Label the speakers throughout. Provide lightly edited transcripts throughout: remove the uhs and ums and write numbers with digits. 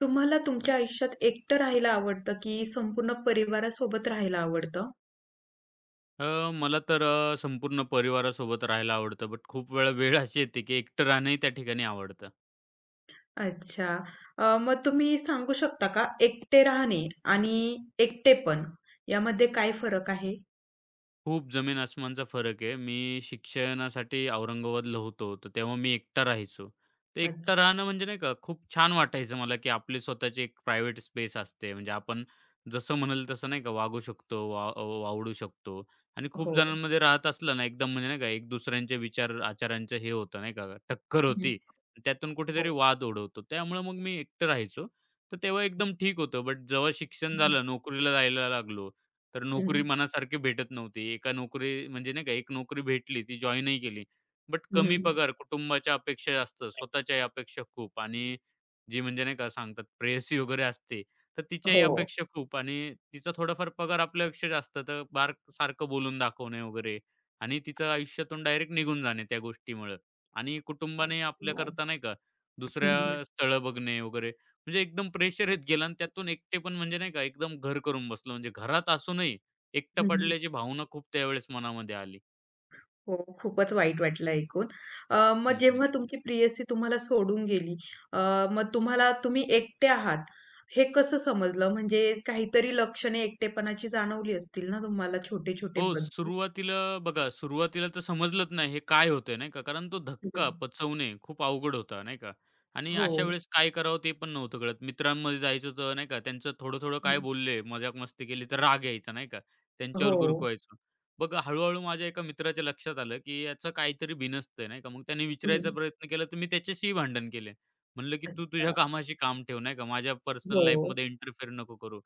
Speaker 1: तुम्हाला तुमच्या आयुष्यात एकटं राहायला आवडतं, की संपूर्ण परिवारासोबत राहायला आवडतं?
Speaker 2: अ, मला तर संपूर्ण परिवारासोबत राहायला आवडतं, बट खूप वेळा वेळ अशी येते, की एकटं राहणंही त्या ठिकाणी आवडतं.
Speaker 1: अच्छा. मग तुम्ही सांगू शकता का एकटे राहणे आणि एकटेपण यामध्ये काय फरक आहे?
Speaker 2: खूप जमीन आसमानचा फरक आहे. मी शिक्षणासाठी औरंगाबादला होतो. तर तेव्हा मी एकटा राहायचो. तर एकटं
Speaker 1: अच्छा.
Speaker 2: राहणं म्हणजे नाही का खूप छान वाटायचं मला, की आपली स्वतःची एक प्रायव्हेट स्पेस असते. म्हणजे आपण जसं म्हणाल तसं नाही का वागू शकतो, वावडू शकतो आणि खूप
Speaker 1: हो.
Speaker 2: जणांमध्ये राहत असलं ना एकदम म्हणजे नाही का एक दुसऱ्यांचे विचार, आचारांचं हे होतं नाही का टक्कर
Speaker 1: हं.
Speaker 2: होती. त्यातून
Speaker 1: हो.
Speaker 2: कुठेतरी वाद ओढवतो. त्यामुळे मग मी एकटं राहायचो. तर तेव्हा एकदम ठीक होतं. बट जेव्हा शिक्षण
Speaker 1: हं,
Speaker 2: झालं, नोकरीला जायला लागलो तर
Speaker 1: हं.
Speaker 2: नोकरी मनासारखी भेटत नव्हती. एका नोकरी म्हणजे नाही का, एक नोकरी भेटली, ती जॉइनही केली. बट कमी
Speaker 1: हं,
Speaker 2: पगार, कुटुंबाच्या अपेक्षा जास्त, स्वतःच्याही अपेक्षा खूप आणि जी म्हणजे नाही का सांगतात प्रेयसी वगैरे असते, तर तिच्याही
Speaker 1: हो.
Speaker 2: अपेक्षा खूप आणि तिचा थोडाफार पगार आपल्यापेक्षा जास्त, तर बार सारखं बोलून दाखवणे वगैरे आणि तिचं आयुष्यातून डायरेक्ट निघून जाणे त्या गोष्टीमुळं आणि कुटुंबाने
Speaker 1: अच्छा.
Speaker 2: आपल्याकरता नाही का दुसऱ्या स्थळं बघणे वगैरे. म्हणजे एकदम प्रेशर येत गेलं आणि त्यातून एकटे पण म्हणजे नाही का एकदम घर करून बसलो. म्हणजे घरात असूनही एकटं
Speaker 1: हं, हं.
Speaker 2: पडल्याची भावना खूप त्यावेळेस मनामध्ये आली.
Speaker 1: हो, खूपच वाईट वाटलं ऐकून. अ, मग
Speaker 2: हं,
Speaker 1: जेव्हा तुमची प्रियसी तुम्हाला सोडून गेली, अ, मग तुम्हाला तुम्ही एकटे आहात, हे कसं समजलं? म्हणजे काहीतरी लक्षणे एकटेपणाची जाणवली असतील ना तुम्हाला छोटे-छोटे
Speaker 2: हो,
Speaker 1: बदल?
Speaker 2: सुरुवातीला बघा, सुरुवातीला तर समजलंच नाही हे काय होतंय, नाही का. कारण तो
Speaker 1: हं.
Speaker 2: धक्का पचवणे खूप अवघड होता, नाही का. आणि
Speaker 1: हो.
Speaker 2: अशा वेळेस काय करावं ते पण नव्हतं कळत. मित्रांमध्ये जायचं तर नाही का, त्यांचं थोडं-थोडं काय
Speaker 1: हं.
Speaker 2: बोलले, मजाक-मस्ती केली तर राग यायचा, नाही का. त्यांच्यावर
Speaker 1: हो.
Speaker 2: गुरकवायचो. मग हळू माझ्या एका मित्राच्या लक्षात आलं, की याचं काहीतरी बिनसतंय, नाही का. मग त्याने विचारायचा
Speaker 1: हं.
Speaker 2: प्रयत्न केला, तर मी त्याच्याशीही भांडण केले. म्हणलं, की "तू तुझ्या
Speaker 1: अच्छा.
Speaker 2: कामाशी काम ठेव, नाही का. माझ्या पर्सनल
Speaker 1: हो.
Speaker 2: लाईफमध्ये इंटरफेअर नको करू."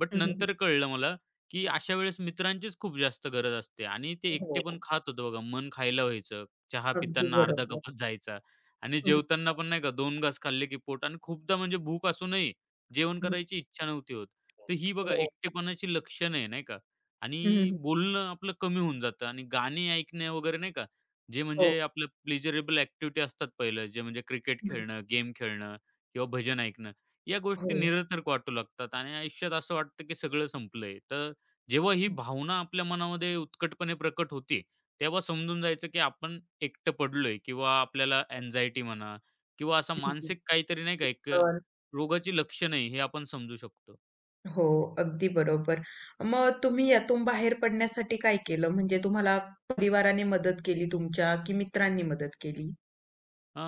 Speaker 2: बट
Speaker 1: हं,
Speaker 2: नंतर कळलं मला, की अशा वेळेस मित्रांचीच खूप जास्त गरज असते आणि ते
Speaker 1: हो.
Speaker 2: एकटे पण खात होतो बघा. मन खायला व्हायचं. चहा
Speaker 1: अगदी
Speaker 2: पिताना अर्धा
Speaker 1: बरोबर.
Speaker 2: कपच जायचा आणि
Speaker 1: हं,
Speaker 2: जेवताना पण नाही का 2 घास खाल्ले की पोट आणि खूपदा म्हणजे भूक असूनही जेवण
Speaker 1: हं.
Speaker 2: करायची इच्छा नव्हती होत. तर ही बघा
Speaker 1: हो.
Speaker 2: एकटेपणाची लक्षण आहे नाही का आणि
Speaker 1: हं,
Speaker 2: बोलणं आपलं कमी होऊन जातं आणि गाणी ऐकणे वगैरे नाही का, जे
Speaker 1: हो.
Speaker 2: म्हणजे आपलं प्लेजरेबल ॲक्टिव्हिटी असतात पहिलं जे म्हणजे क्रिकेट
Speaker 1: हं.
Speaker 2: खेळणं, गेम खेळणं किंवा भजन ऐकणं. या
Speaker 1: हो.
Speaker 2: गोष्टी निरर्थक वाटू लागतात आणि आयुष्यात असं वाटतं की सगळं संपलंय. तर जेव्हा ही भावना आपल्या मनामध्ये उत्कटपणे प्रकट होते, तेव्हा समजून जायचं की आपण एकटं पडलोय किंवा आपल्याला अँक्झायटी म्हणा किंवा असा
Speaker 1: हं,
Speaker 2: मानसिक काहीतरी नाही का एक
Speaker 1: तर
Speaker 2: रोगाची रोगाची लक्षणे हे आपण समजू शकतो.
Speaker 1: हो, अगदी बरोबर. मग तुम्ही यातून बाहेर पडण्यासाठी काय केलं? म्हणजे तुम्हाला परिवाराने मदत केली तुमच्या की मित्रांनी मदत केली?
Speaker 2: अ,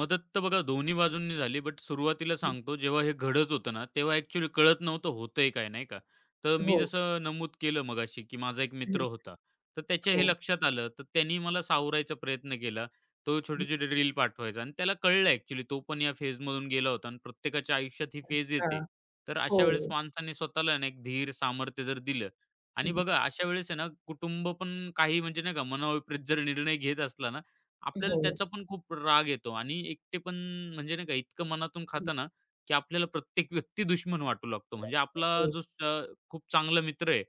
Speaker 2: मदत तर बघा दोन्ही बाजूंनी झाली, बट सुरुवातीला
Speaker 1: हं,
Speaker 2: सांगतो जेव्हा हे घडत होतं ना, तेव्हा ॲक्चुअली कळत नव्हतं होतंय काय, नाही का. तर मी
Speaker 1: हो.
Speaker 2: जसं नमूद केलं मगाशी, की माझा एक मित्र
Speaker 1: हं,
Speaker 2: होता. तर त्याच्या हे
Speaker 1: हो.
Speaker 2: लक्षात आलं, तर त्यांनी मला सावरायचा प्रयत्न केला. तो
Speaker 1: हं,
Speaker 2: छोटे-छोटे रील पाठवायचा आणि त्याला कळलं ॲक्चुअली तो पण या फेजमधून गेला होता आणि प्रत्येकाच्या आयुष्यात ही फेज
Speaker 1: अच्छा.
Speaker 2: येते. तर अशा वेळेस
Speaker 1: हो.
Speaker 2: माणसाने स्वतःला ना एक धीर, सामर्थ्य जर दिलं आणि
Speaker 1: हं,
Speaker 2: बघा अशा वेळेस आहे ना, कुटुंब पण काही म्हणजे नाही का, मनाविपरीत जर निर्णय घेत असला ना, आपल्याला
Speaker 1: हो.
Speaker 2: त्याचा पण खूप राग येतो आणि एकटेपण म्हणजे नाही का इतकं मनातून
Speaker 1: हं,
Speaker 2: खातं की आपल्याला प्रत्येक व्यक्ती दुश्मन वाटू लागतो. म्हणजे आपला
Speaker 1: हो.
Speaker 2: जो खूप चांगला मित्र आहे,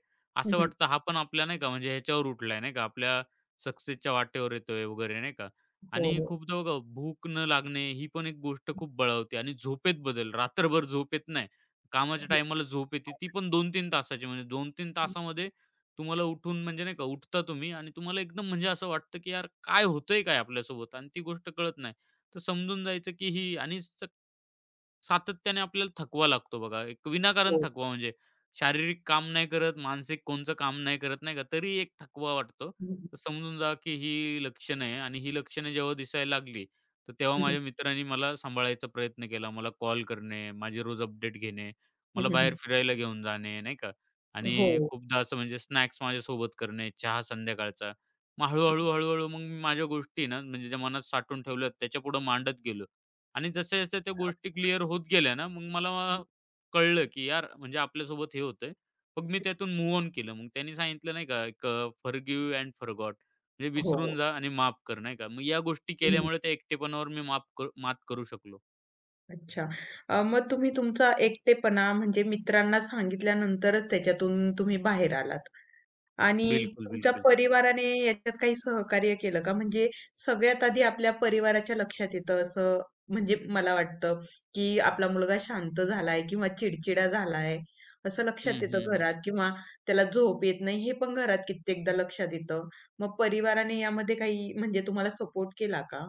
Speaker 1: हं,
Speaker 2: असं
Speaker 1: हं.
Speaker 2: वाटतं हा पण आपल्या नाही का म्हणजे ह्याच्यावर उठलाय नाही का, आपल्या सक्सेसच्या वाटेवर येतोय वगैरे नाही का.
Speaker 1: हो.
Speaker 2: आणि खूपदा बघा भूक न लागणे ही पण एक गोष्ट
Speaker 1: हं,
Speaker 2: खूप बळवते आणि झोपेत बदल, रात्रभर झोप येत नाही. कामाच्या
Speaker 1: हो.
Speaker 2: टायमाला झोप येते ती पण 2-3 तासाची म्हणजे 2-3
Speaker 1: हं,
Speaker 2: तासामध्ये तुम्हाला उठून म्हणजे नाही का उठता तुम्ही आणि तुम्हाला एकदम म्हणजे असं वाटतं की यार काय होतंय काय आपल्यासोबत आणि ती गोष्ट कळत नाही. तर समजून जायचं की ही आणि सातत्याने आपल्याला थकवा लागतो बघा. एक विनाकारण
Speaker 1: हो.
Speaker 2: थकवा म्हणजे शारीरिक काम नाही करत, मानसिक कोणचं काम नाही करत नाही का, तरी एक थकवा वाटतो.
Speaker 1: हं, हं.
Speaker 2: तर समजून जा की ही लक्षणं आहे आणि ही लक्षणं जेव्हा दिसायला लागली, तर तेव्हा
Speaker 1: हं, हं.
Speaker 2: माझ्या मित्रांनी मला सांभाळायचा प्रयत्न केला. मला कॉल करणे, माझे रोज अपडेट घेणे,
Speaker 1: हं,
Speaker 2: मला बाहेर
Speaker 1: हं.
Speaker 2: फिरायला घेऊन जाणे, नाही का
Speaker 1: हो.
Speaker 2: आणि खूपदा असं म्हणजे स्नॅक्स माझ्यासोबत करणे, चहा संध्याकाळचा. मग
Speaker 1: हं,
Speaker 2: हळू-हळू,
Speaker 1: हं.
Speaker 2: हळूहळू मग मी माझ्या गोष्टी ना म्हणजे ज्या मनात साठवून ठेवल्यात त्याच्यापुढे मांडत गेलो. आणि जशा-जशा त्या गोष्टी क्लिअर होत गेल्या ना, मग मला कळलं, की यार म्हणजे आपल्यासोबत हे होतंय. मग मी त्यातून मूव्ह ऑन केलं. मग त्यांनी सांगितलं नाही का, एक "फॉरगिव्ह एंड फॉरगॉट" म्हणजे विसरून
Speaker 1: हो.
Speaker 2: जा आणि माफ कर, नाही का. मग या गोष्टी
Speaker 1: हं.
Speaker 2: केल्यामुळे त्या एकटेपणावर मी माफ कर मात करू शकलो.
Speaker 1: अच्छा. मग तुम्ही तुमचा एकटेपणा म्हणजे मित्रांना सांगितल्यानंतरच त्याच्यातून तुम्ही बाहेर आलात. आणि
Speaker 2: बिलकुल,
Speaker 1: तुमच्या
Speaker 2: बिलकुल.
Speaker 1: परिवाराने याच्यात काही सहकार्य केलं का? म्हणजे सगळ्यात आधी आपल्या परिवाराच्या लक्षात येतं असं म्हणजे मला वाटतं, की आपला मुलगा शांत झालाय किंवा चिडचिडा झालाय असं लक्षात
Speaker 2: हं, हं,
Speaker 1: येतं
Speaker 2: हं.
Speaker 1: घरात किंवा त्याला झोप येत नाही हे पण घरात कित्येकदा लक्षात येतं. मग परिवाराने यामध्ये काही म्हणजे तुम्हाला सपोर्ट केला का?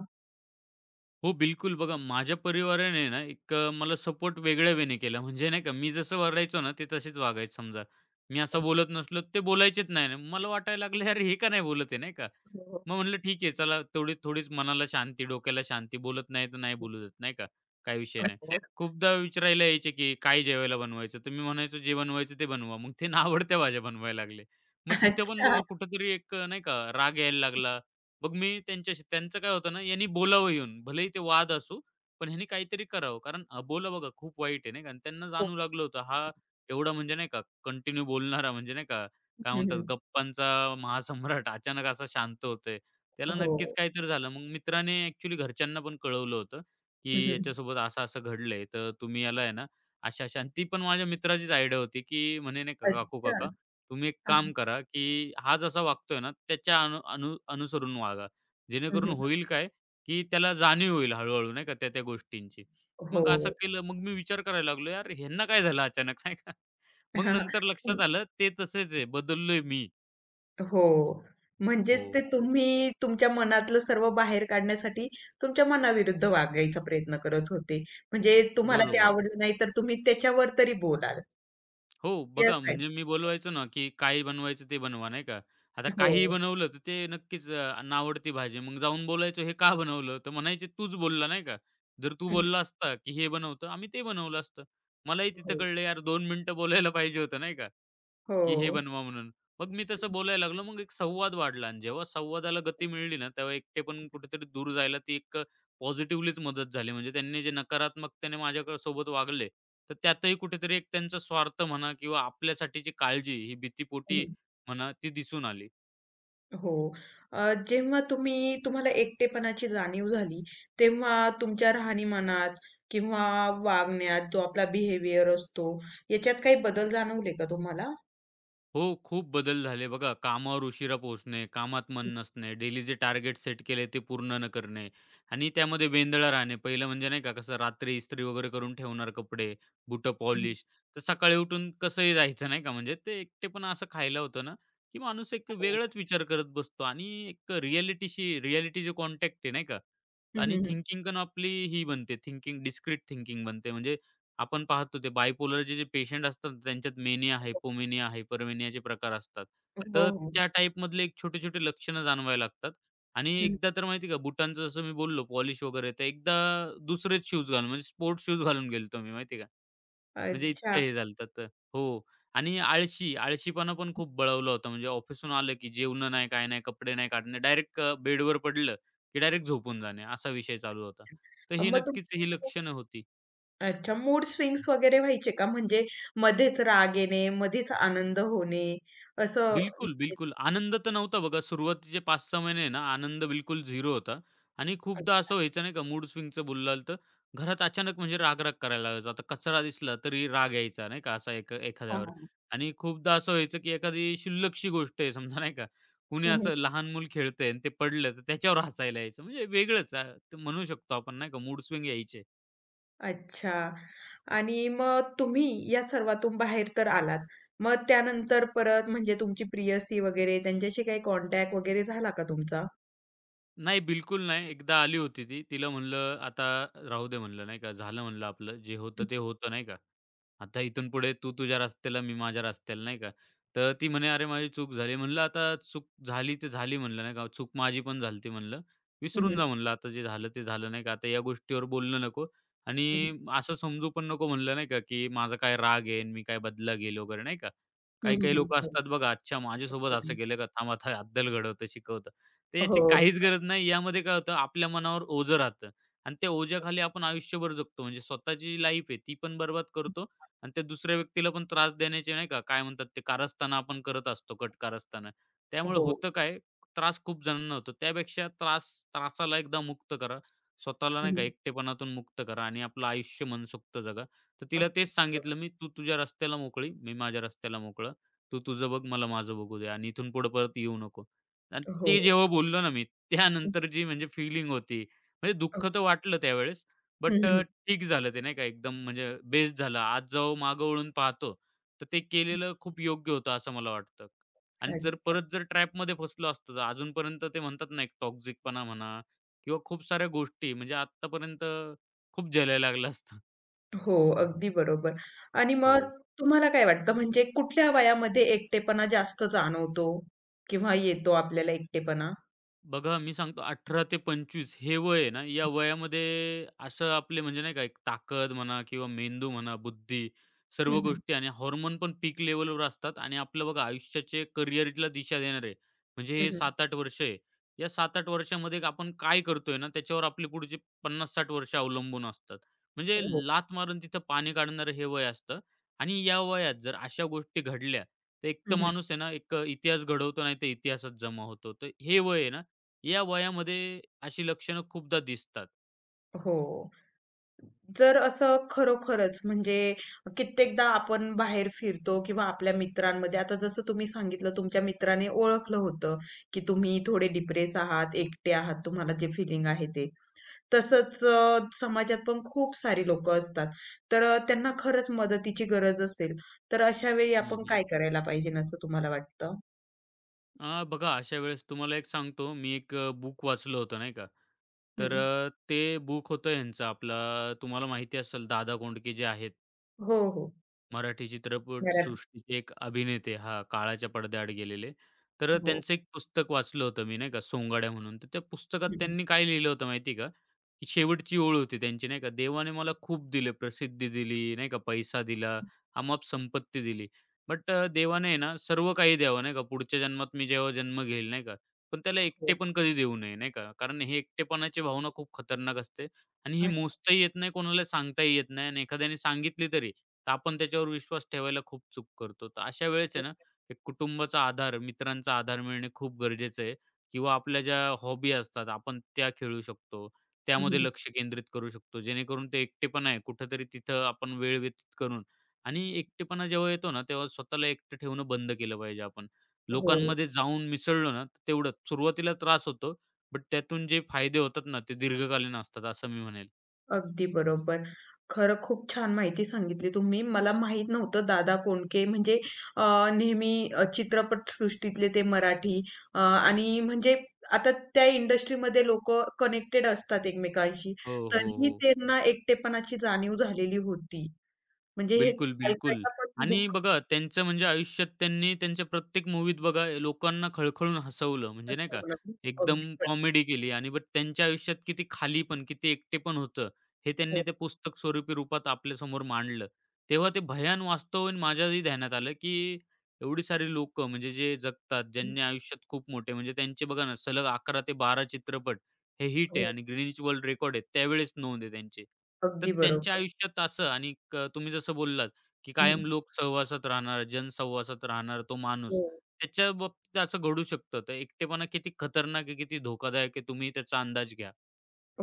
Speaker 2: हो, बिलकुल. बघा माझ्या परिवाराने ना एक मला सपोर्ट वेगळ्या वेने केला. म्हणजे नाही का, मी जसं वागायचो ना, ते तसेच वागायचे समजा. मी असं बोलत नसलो, ते बोलायचेच नाही. नाही मला वाटायला लागलं, "यार हे का नाही बोलत आहे?" नाही का.
Speaker 1: हो,
Speaker 2: मग म्हटलं ठीक आहे चला तेवढी थोडीच मनाला शांती, डोक्याला शांती. बोलत नाही तर नाही
Speaker 1: हो.
Speaker 2: बोलू देत, नाही का? काही विषय नाही. खूपदा विचारायला यायचे, की "काय जेवायला बनवायचं?" तर मी म्हणायचो, "जे बनवायचं ते बनवा." मग ते नावडत्या भाज्या बनवायला लागले. मग तिथे पण
Speaker 1: अच्छा.
Speaker 2: बघा कुठेतरी एक नाही का राग यायला लागला. मग मी त्यांच्याशी त्यांचं काय होतं ना, यांनी बोलावं येऊन. भलेही ते वाद असू, पण ह्यांनी काहीतरी करावं. कारण अबोला बघा खूप वाईट आहे, नाही का? आणि त्यांना
Speaker 1: हो.
Speaker 2: जाणवू लागलं होतं, हा एवढा म्हणजे नाही का कंटिन्यू बोलणारा म्हणजे नाही का, काय
Speaker 1: हं,
Speaker 2: म्हणतात
Speaker 1: हं.
Speaker 2: गप्पांचा महासम्राट अचानक असा शांत होतोय. त्याला
Speaker 1: हो.
Speaker 2: नक्कीच काहीतरी झालं. मग मित्राने ॲक्चुअली घरच्यांना पण कळवलं होतं,
Speaker 1: हं,
Speaker 2: की
Speaker 1: हं.
Speaker 2: याच्यासोबत असं-असं घडलंय, तर तुम्ही याला आहे ना, अशा-अशा आणि ती पण माझ्या मित्राचीच आयडिया होती, की म्हणे नाही का "काकू
Speaker 1: अच्छा.
Speaker 2: काका, तुम्ही एक काम
Speaker 1: हां.
Speaker 2: करा, की हा जसा वागतोय ना, त्याच्या अनु अनु अनुसरून वागा.
Speaker 1: हं,
Speaker 2: जेणेकरून
Speaker 1: हं.
Speaker 2: होईल काय, की त्याला जाणीव होईल हळू नाही का त्या-त्या गोष्टींची."
Speaker 1: हो.
Speaker 2: मग असं केलं. मग मी विचार करायला लागलो, "यार ह्यांना काय झालं अचानक?" नाही का. मग
Speaker 1: हां, हां.
Speaker 2: नंतर लक्षात
Speaker 1: हं.
Speaker 2: आलं, ते तसेच आहे, बदललोय मी.
Speaker 1: हो. म्हणजेच
Speaker 2: हो,
Speaker 1: ते तुम्ही तुमच्या मनातलं सर्व बाहेर काढण्यासाठी तुमच्या मनाविरुद्ध वागायचा प्रयत्न करत होते. म्हणजे तुम्हाला ते
Speaker 2: बरोबर.
Speaker 1: आवडलं नाही तर तुम्ही त्याच्यावर तरी बोलाल.
Speaker 2: हो, बघा
Speaker 1: यासाठी.
Speaker 2: म्हणजे मी बोलवायचो ना, की काही बनवायचं ते बनवा, नाही का. आता काहीही
Speaker 1: हो.
Speaker 2: बनवलं तर ते नक्कीच नावडती भाजी. मग जाऊन बोलायचो, "हे का बनवलं?" तर म्हणायचे, "तूच बोलला," नाही का. जर तू
Speaker 1: हं, हं.
Speaker 2: बोलला असता, की "हे बनवतो," आम्ही ते बनवलं असतं. मलाही तिथं
Speaker 1: हो.
Speaker 2: कळलं, यार 2 मिनिटं बोलायला पाहिजे होतं, नाही का. की हे
Speaker 1: हो.
Speaker 2: बनवा म्हणून. मग मी तसं बोलायला लागलो. मग एक संवाद वाढला आणि जेव्हा संवादाला गती मिळाली ना, तेव्हा एकटेपण कुठेतरी दूर जायला ती एक पॉझिटिव्हलीच मदत झाली. म्हणजे त्यांनी जे नकारात्मकतेने माझ्याकडे सोबत वागले, तर त्यातही कुठेतरी एक त्यांचा स्वार्थ म्हणा किंवा आपल्यासाठीची काळजी, ही भीतीपोटी
Speaker 1: हं.
Speaker 2: म्हणा, ती दिसून आली.
Speaker 1: हो. जेव्हा तुम्ही तुम्हाला एकटेपणाची जाणीव झाली, तेव्हा तुमच्या राहणीमानात किंवा वागण्यात जो आपला बिहेवियर असतो, याच्यात काही बदल जाणवले का तुम्हाला?
Speaker 2: हो, खूप बदल झाले बघा. कामावर उशिरा पोहोचणे, कामात मन नसणे, डेली जे टार्गेट सेट केले ते पूर्ण न करणे आणि त्यामध्ये वेंदळा राहणे. पहिलं म्हणजे नाही का कसं रात्री इस्त्री वगैरे करून ठेवणार कपडे, बुटं
Speaker 1: हं, हं.
Speaker 2: पॉलिश. तर सकाळी उठून कसंही जायचं नाही का. म्हणजे ते एकटेपणा असं खायला होतं ना, की माणूस एक वेगळाच विचार करत बसतो आणि एक रिॲलिटी जो कॉन्टॅक्ट आहे नाही का, आणि
Speaker 1: हं,
Speaker 2: थिंकिंग पण आपली ही बनते, डिस्क्रीट थिंकिंग बनते. म्हणजे आपण पाहतो ते बायपोलरचे जे पेशंट असतात त्यांच्यात मेनिया, हायपोमेनिया, हायपरमेनियाचे प्रकार असतात.
Speaker 1: हो,
Speaker 2: तर
Speaker 1: हो.
Speaker 2: त्या टाईपमधले एक छोटे-छोटे लक्षणं जाणवायला लागतात. आणि
Speaker 1: हं.
Speaker 2: एकदा तर माहिती आहे का बुटांचं जसं मी बोललो पॉलिश वगैरे तर एकदा दुसरेच शूज घालून म्हणजे स्पोर्ट्स शूज घालून गेलो मी माहिती का. म्हणजे
Speaker 1: अच्छा.
Speaker 2: इतकं हे झालं होतं तर. हो. आणि आळशी, आळशीपणा पण खूप बळवला होता. म्हणजे ऑफिसहून आलं की जेवणं नाही, काय नाही, कपडे नाही काढणे. डायरेक्ट बेडवर पडलं की डायरेक्ट झोपून जाणे, असा विषय चालू होता. तर ही
Speaker 1: मग तुम
Speaker 2: नक्कीच ही लक्षणं होती.
Speaker 1: अच्छा, मूड स्विंग्स वगैरे व्हायचे का? म्हणजे मध्येच राग येणे, मध्येच आनंद होणे असं?
Speaker 2: बिलकुल, बिलकुल. आनंद तर नव्हता बघा. सुरुवातीचे 5-6 महिने आहे ना, आनंद बिलकुल 0 होता. आणि खूपदा
Speaker 1: अच्छा.
Speaker 2: असं व्हायचं नाही का, मूड स्विंगचं बोलाल तर घरात अचानक म्हणजे राग-राग करायला लागायचा. आता कचरा दिसला तरी राग यायचा नाही का, असा एक
Speaker 1: हां,
Speaker 2: एखाद्यावर.
Speaker 1: हां.
Speaker 2: आणि खूपदा असं व्हायचं, की एखादी क्षुल्लकशी गोष्ट आहे समजा नाही का, कुणी असं लहान मूल खेळतंय आणि ते पडलं, तर त्याच्यावर हसायला यायचं. म्हणजे वेगळंच म्हणू शकतो आपण नाही का मूड स्विंग यायचे.
Speaker 1: अच्छा. आणि मग तुम्ही या सर्वातून बाहेर तर आलात. मग त्यानंतर परत म्हणजे तुमची प्रियसी वगैरे त्यांच्याशी काही कॉन्टॅक्ट वगैरे झाला का तुमचा?
Speaker 2: नाही, बिलकुल नाही. एकदा आली होती ती. तिला म्हणलं, "आता राहू दे," म्हणलं, नाही का. "झालं," म्हणलं, "आपलं. जे होतं ते होतं," नाही का. "आता इथून पुढे तू तुझ्या रस्त्याला, मी माझ्या रस्त्याला," नाही का. तर ती म्हणे, "अरे, माझी चूक झाली." म्हणलं, "आता चूक झाली तर झाली," म्हणलं, नाही का. "चूक माझी पण झाली म्हणलं.
Speaker 1: हं, हं,
Speaker 2: "विसरून
Speaker 1: हं.
Speaker 2: जा," म्हणलं, "आता जे झालं ते झालं," नाही का. "आता या गोष्टीवर बोलणं नको
Speaker 1: हं, हं.
Speaker 2: आणि असं समजू पण नको," म्हणलं, नाही का, की माझा काय राग आहे आणि मी काय बदला घेईल वगैरे, नाही का.
Speaker 1: हं, हं,
Speaker 2: काही-काही
Speaker 1: हं.
Speaker 2: लोकं
Speaker 1: हो.
Speaker 2: असतात बघा, "अच्छा, माझ्यासोबत असं केलं का? थांब, आता अद्दल घडवतो, शिकवतो." तर याची
Speaker 1: हो,
Speaker 2: काहीच गरज नाही. यामध्ये काय होतं आपल्या मनावर ओझं राहतं आणि त्या ओझ्याखाली आपण आयुष्यभर जगतो. म्हणजे स्वतःची जी लाईफ आहे ती पण बरबाद करतो आणि त्या दुसऱ्या व्यक्तीला पण त्रास देण्याचे नाही का, काय म्हणतात ते कारस्थानं आपण करत असतो, कट कारस्थानं. त्यामुळे
Speaker 1: हो.
Speaker 2: होतं काय, त्रास खूप जणांना होतो. त्यापेक्षा त्रासाला एकदा मुक्त करा. स्वतःला नाही
Speaker 1: हं,
Speaker 2: का
Speaker 1: हं.
Speaker 2: एकटेपणातून मुक्त करा आणि आपलं आयुष्य मनसोक्त जगा. तर तिला तेच सांगितलं मी, "तू तुझ्या रस्त्याला मोकळी, मी माझ्या रस्त्याला मोकळा. तू तुझं बघ, मला माझं बघू दे आणि इथून पुढे परत येऊ नको." आणि
Speaker 1: हो.
Speaker 2: ते जेव्हा बोललो ना मी, त्यानंतर जी म्हणजे फीलिंग होती, म्हणजे दुःख तर वाटलं त्यावेळेस,
Speaker 1: हं,
Speaker 2: बट
Speaker 1: हं,
Speaker 2: अ,
Speaker 1: हं.
Speaker 2: ठीक झालं ते नाही का एकदम म्हणजे बेस्ट झालं. आज जेव्हा मागं वळून पाहतो, तर ते केलेलं खूप योग्य होतं असं मला वाटतं. आणि
Speaker 1: अग
Speaker 2: जर परत ट्रॅपमध्ये फसलो असतो, तर अजूनपर्यंत ते म्हणतात ना, एक टॉक्सिकपणा म्हणा किंवा खूप साऱ्या गोष्टी म्हणजे आत्तापर्यंत खूप झेलायला लागलं असतं.
Speaker 1: हो, अगदी बरोबर. आणि
Speaker 2: हो.
Speaker 1: मग तुम्हाला काय वाटतं म्हणजे कुठल्या वयामध्ये एकटेपणा जास्त जाणवतो किंवा येतो आपल्याला एकटेपणा?
Speaker 2: बघा, मी सांगतो 18 ते 25 हे वय आहे ना, या वयामध्ये असं आपले म्हणजे नाही का एक ताकद म्हणा किंवा मेंदू म्हणा, बुद्धी
Speaker 1: हं,
Speaker 2: सर्व
Speaker 1: हं.
Speaker 2: गोष्टी आणि हॉर्मोन पण पीक लेव्हलवर असतात आणि आपलं बघा आयुष्याचे करिअरला दिशा देणारे म्हणजे
Speaker 1: हं,
Speaker 2: हे
Speaker 1: हं.
Speaker 2: 7-8 वर्ष आहे. या 7-8 वर्षामध्ये आपण काय करतोय ना, त्याच्यावर आपले पुढचे 50-60 वर्ष अवलंबून असतात. म्हणजे
Speaker 1: हो.
Speaker 2: लात मारून तिथं पाणी काढणारं हे वय असतं आणि या वयात जर अशा गोष्टी घडल्या, तर एक तर माणूस आहे ना, एक इतिहास घडवतो, नाहीतर इतिहासात जमा होतो. तर हे वय आहे ना, या वयामध्ये अशी लक्षणं खूपदा दिसतात.
Speaker 1: हो. जर असं खरोखरच म्हणजे कित्येकदा आपण बाहेर फिरतो किंवा आपल्या मित्रांमध्ये आता जसं तुम्ही सांगितलं तुमच्या मित्राने ओळखलं होतं, की तुम्ही थोडे डिप्रेस आहात, एकटे आहात, तुम्हाला जे फीलिंग आहे ते. तसंच समाजात पण खूप सारी लोकं असतात. तर त्यांना खरंच मदतीची गरज असेल, तर अशा वेळी
Speaker 2: हं,
Speaker 1: आपण
Speaker 2: हं.
Speaker 1: काय करायला पाहिजे असं तुम्हाला वाटतं?
Speaker 2: बघा अशा वेळेस तुम्हाला एक सांगतो मी एक बुक वाचलं होतं नाही का. तर
Speaker 1: हं.
Speaker 2: ते बुक होतं ह्यांचं आपलं तुम्हाला माहिती असेल दादा कोंडके जे आहेत.
Speaker 1: हो, हो.
Speaker 2: मराठी
Speaker 1: मराठी.
Speaker 2: चित्रपटसृष्टीचे एक अभिनेते हां, काळाच्या पडद्याआड गेलेले. तर
Speaker 1: हो.
Speaker 2: त्यांचं एक पुस्तक वाचलं होतं मी नाही का, सोंगाड्या म्हणून. तर त्या पुस्तकात
Speaker 1: हं,
Speaker 2: त्यांनी काय लिहिलं होतं माहिती का? की शेवटची ओळ होती त्यांची नाही का, देवाने मला खूप दिले, प्रसिद्धी दिली, नाही का, पैसा दिला, अमाप संपत्ती दिली. बट देवाने आहे ना, सर्व काही द्यावं नाही का, पुढच्या जन्मात मी जेव्हा जन्म घेईल नाही का, पण त्याला
Speaker 1: हो.
Speaker 2: एकटेपण कधी देऊ नये नाही का. कारण हे एकटेपणाची भावना खूप खतरनाक असते आणि ही
Speaker 1: अच्छा.
Speaker 2: मोजताही येत नाही, कोणाला सांगताही येत नाही आणि एखाद्याने सांगितली तरी, तर आपण त्याच्यावर विश्वास ठेवायला खूप चूक करतो. तर अशा वेळेस आहे ना, एक कुटुंबाचा आधार, मित्रांचा आधार मिळणे खूप गरजेचं आहे किंवा आपल्या ज्या हॉबी असतात, आपण त्या खेळू शकतो. त्यामध्ये
Speaker 1: हं,
Speaker 2: लक्ष केंद्रित करू शकतो. जेणेकरून ते एकटेपणा आहे, कुठेतरी तिथं आपण वेळ व्यतीत करून आणि एकटेपणा जेव्हा येतो ना, तेव्हा स्वतःला एकटं ठेवणं बंद केलं पाहिजे आपण.
Speaker 1: हो.
Speaker 2: लोकांमध्ये जाऊन मिसळलो ना, तर तेवढंच सुरुवातीला त्रास होतो, बट त्यातून जे फायदे होतात ना, ते दीर्घकालीन असतात, असं मी म्हणेल.
Speaker 1: अगदी बरोबर. खरं खूप छान माहिती सांगितली तुम्ही. मला माहित नव्हतं दादा कोंडके म्हणजे अ, नेहमी चित्रपटसृष्टीतले ते मराठी आणि म्हणजे आता त्या इंडस्ट्रीमध्ये लोकं कनेक्टेड असतात एकमेकांशी.
Speaker 2: हो, हो,
Speaker 1: तरीही
Speaker 2: हो.
Speaker 1: त्यांना एकटेपणाची जाणीव झालेली होती. म्हणजे हे
Speaker 2: बिलकुल, बिलकुल.
Speaker 1: ऐकायला पण
Speaker 2: आणि
Speaker 1: दुःख
Speaker 2: बघा त्यांचं म्हणजे आयुष्यात त्यांनी त्यांच्या प्रत्येक मूव्हीत बघा लोकांना खळखळून हसवलं. म्हणजे नाही
Speaker 1: वाटतं
Speaker 2: का,
Speaker 1: मला. अगदी.
Speaker 2: एकदम
Speaker 1: बरोबर.
Speaker 2: कॉमेडी केली आणि बट त्यांच्या आयुष्यात किती खाली पण, किती एकटे पण होतं, हे त्यांनी
Speaker 1: हो.
Speaker 2: ते पुस्तक स्वरूपी रूपात आपल्यासमोर मांडलं. तेव्हा ते भयान वास्तव माझ्याही ध्यानात आलं, की एवढी सारी लोकं म्हणजे जे जगतात, ज्यांनी आयुष्यात खूप मोठे म्हणजे त्यांचे बघा ना सलग 11 ते 12 चित्रपट हे हिट आहे
Speaker 1: हो.
Speaker 2: आणि ग्रीनिच वर्ल्ड रेकॉर्ड आहे त्यावेळेस नोंद आहे त्यांची. तर
Speaker 1: अगदी
Speaker 2: त्यांच्या
Speaker 1: बरोबर.
Speaker 2: आयुष्यात असं आणि क तुम्ही जसं बोललात, की
Speaker 1: हं.
Speaker 2: कायम लोक सहवासात राहणार, जनसहवासात राहणार तो
Speaker 1: हो.
Speaker 2: माणूस. त्याच्या बाबतीत असं घडू शकतं. तर एकटेपणा किती खतरनाक आहे, किती धोकादायक आहे, तुम्ही त्याचा अंदाज घ्या.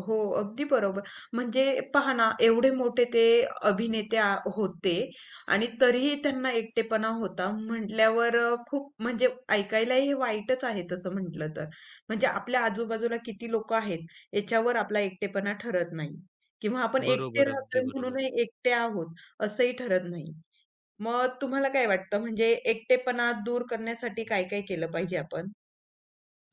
Speaker 1: हो, अगदी बरोबर. म्हणजे पहा ना, एवढे मोठे ते अभिनेते होते आणि तरीही त्यांना एकटेपणा होता म्हटल्यावर खूप म्हणजे ऐकायलाही हे वाईटच आहे तसं म्हटलं तर. म्हणजे आपल्या आजूबाजूला किती लोकं आहेत याच्यावर आपला एकटेपणा ठरत नाही किंवा आपण एकटे
Speaker 2: बरोबर, अगदी
Speaker 1: राहतोय
Speaker 2: बरोबर.
Speaker 1: म्हणूनही एकटे आहोत असंही ठरत नाही. मग तुम्हाला काय वाटतं म्हणजे एकटेपणा दूर करण्यासाठी काय-काय केलं पाहिजे आपण?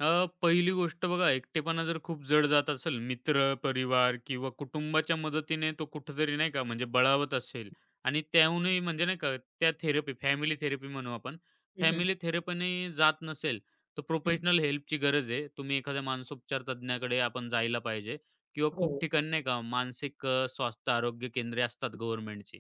Speaker 2: पहिली गोष्ट बघा, एकटेपणा जर खूप जड जात असेल, मित्र, परिवार किंवा कुटुंबाच्या मदतीने तो कुठेतरी नाही का, म्हणजे बळावत असेल आणि त्याहूनही म्हणजे नाही का, त्या थेरपी, फॅमिली थेरपी म्हणू आपण,
Speaker 1: हं, हं.
Speaker 2: फॅमिली थेरपीने जात नसेल, तर प्रोफेशनल हेल्पची गरज आहे. तुम्ही एखाद्या मानसोपचार तज्ञाकडे आपण जायला पाहिजे किंवा
Speaker 1: हो.
Speaker 2: खूप ठिकाणी नाही का, मानसिक स्वास्थ्य आरोग्य केंद्रे असतात गव्हर्नमेंटची,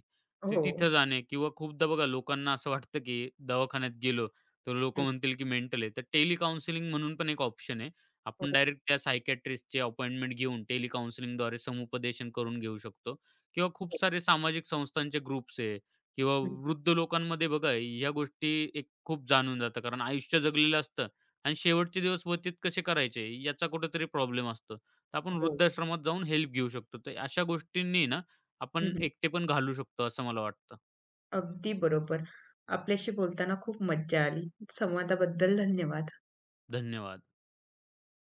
Speaker 2: ती
Speaker 1: हो.
Speaker 2: तिथं जाणे किंवा खूपदा बघा लोकांना असं वाटतं, की दवाखान्यात गेलो तर लोकं
Speaker 1: हं.
Speaker 2: म्हणतील की मेंटल आहे. तर टेली काउन्सिलिंग म्हणून पण एक ऑप्शन आहे. आपण
Speaker 1: हो.
Speaker 2: डायरेक्ट त्या सायकियाट्रिस्टची अपॉइंटमेंट घेऊन टेली काउन्सिलिंगद्वारे समुपदेशन करून घेऊ शकतो किंवा खूप
Speaker 1: हं.
Speaker 2: सारे सामाजिक संस्थांचे ग्रुप्स आहे किंवा
Speaker 1: हं.
Speaker 2: वृद्ध लोकांमध्ये बघा ह्या गोष्टी एक खूप जाणून जातं. कारण आयुष्य जगलेलं असतं आणि शेवटचे दिवस व्यतीत कसे करायचे याचा कुठेतरी प्रॉब्लेम असतो. तर आपण
Speaker 1: हो.
Speaker 2: वृद्धाश्रमात जाऊन हेल्प घेऊ शकतो. तर अशा गोष्टींनी ना
Speaker 1: हं,
Speaker 2: आपण
Speaker 1: हं.
Speaker 2: एकटे पण घालू शकतो असं मला वाटतं.
Speaker 1: अगदी बरोबर. आपल्याशी बोलताना खूप मज्जा आली. संवादाबद्दल धन्यवाद.
Speaker 2: धन्यवाद.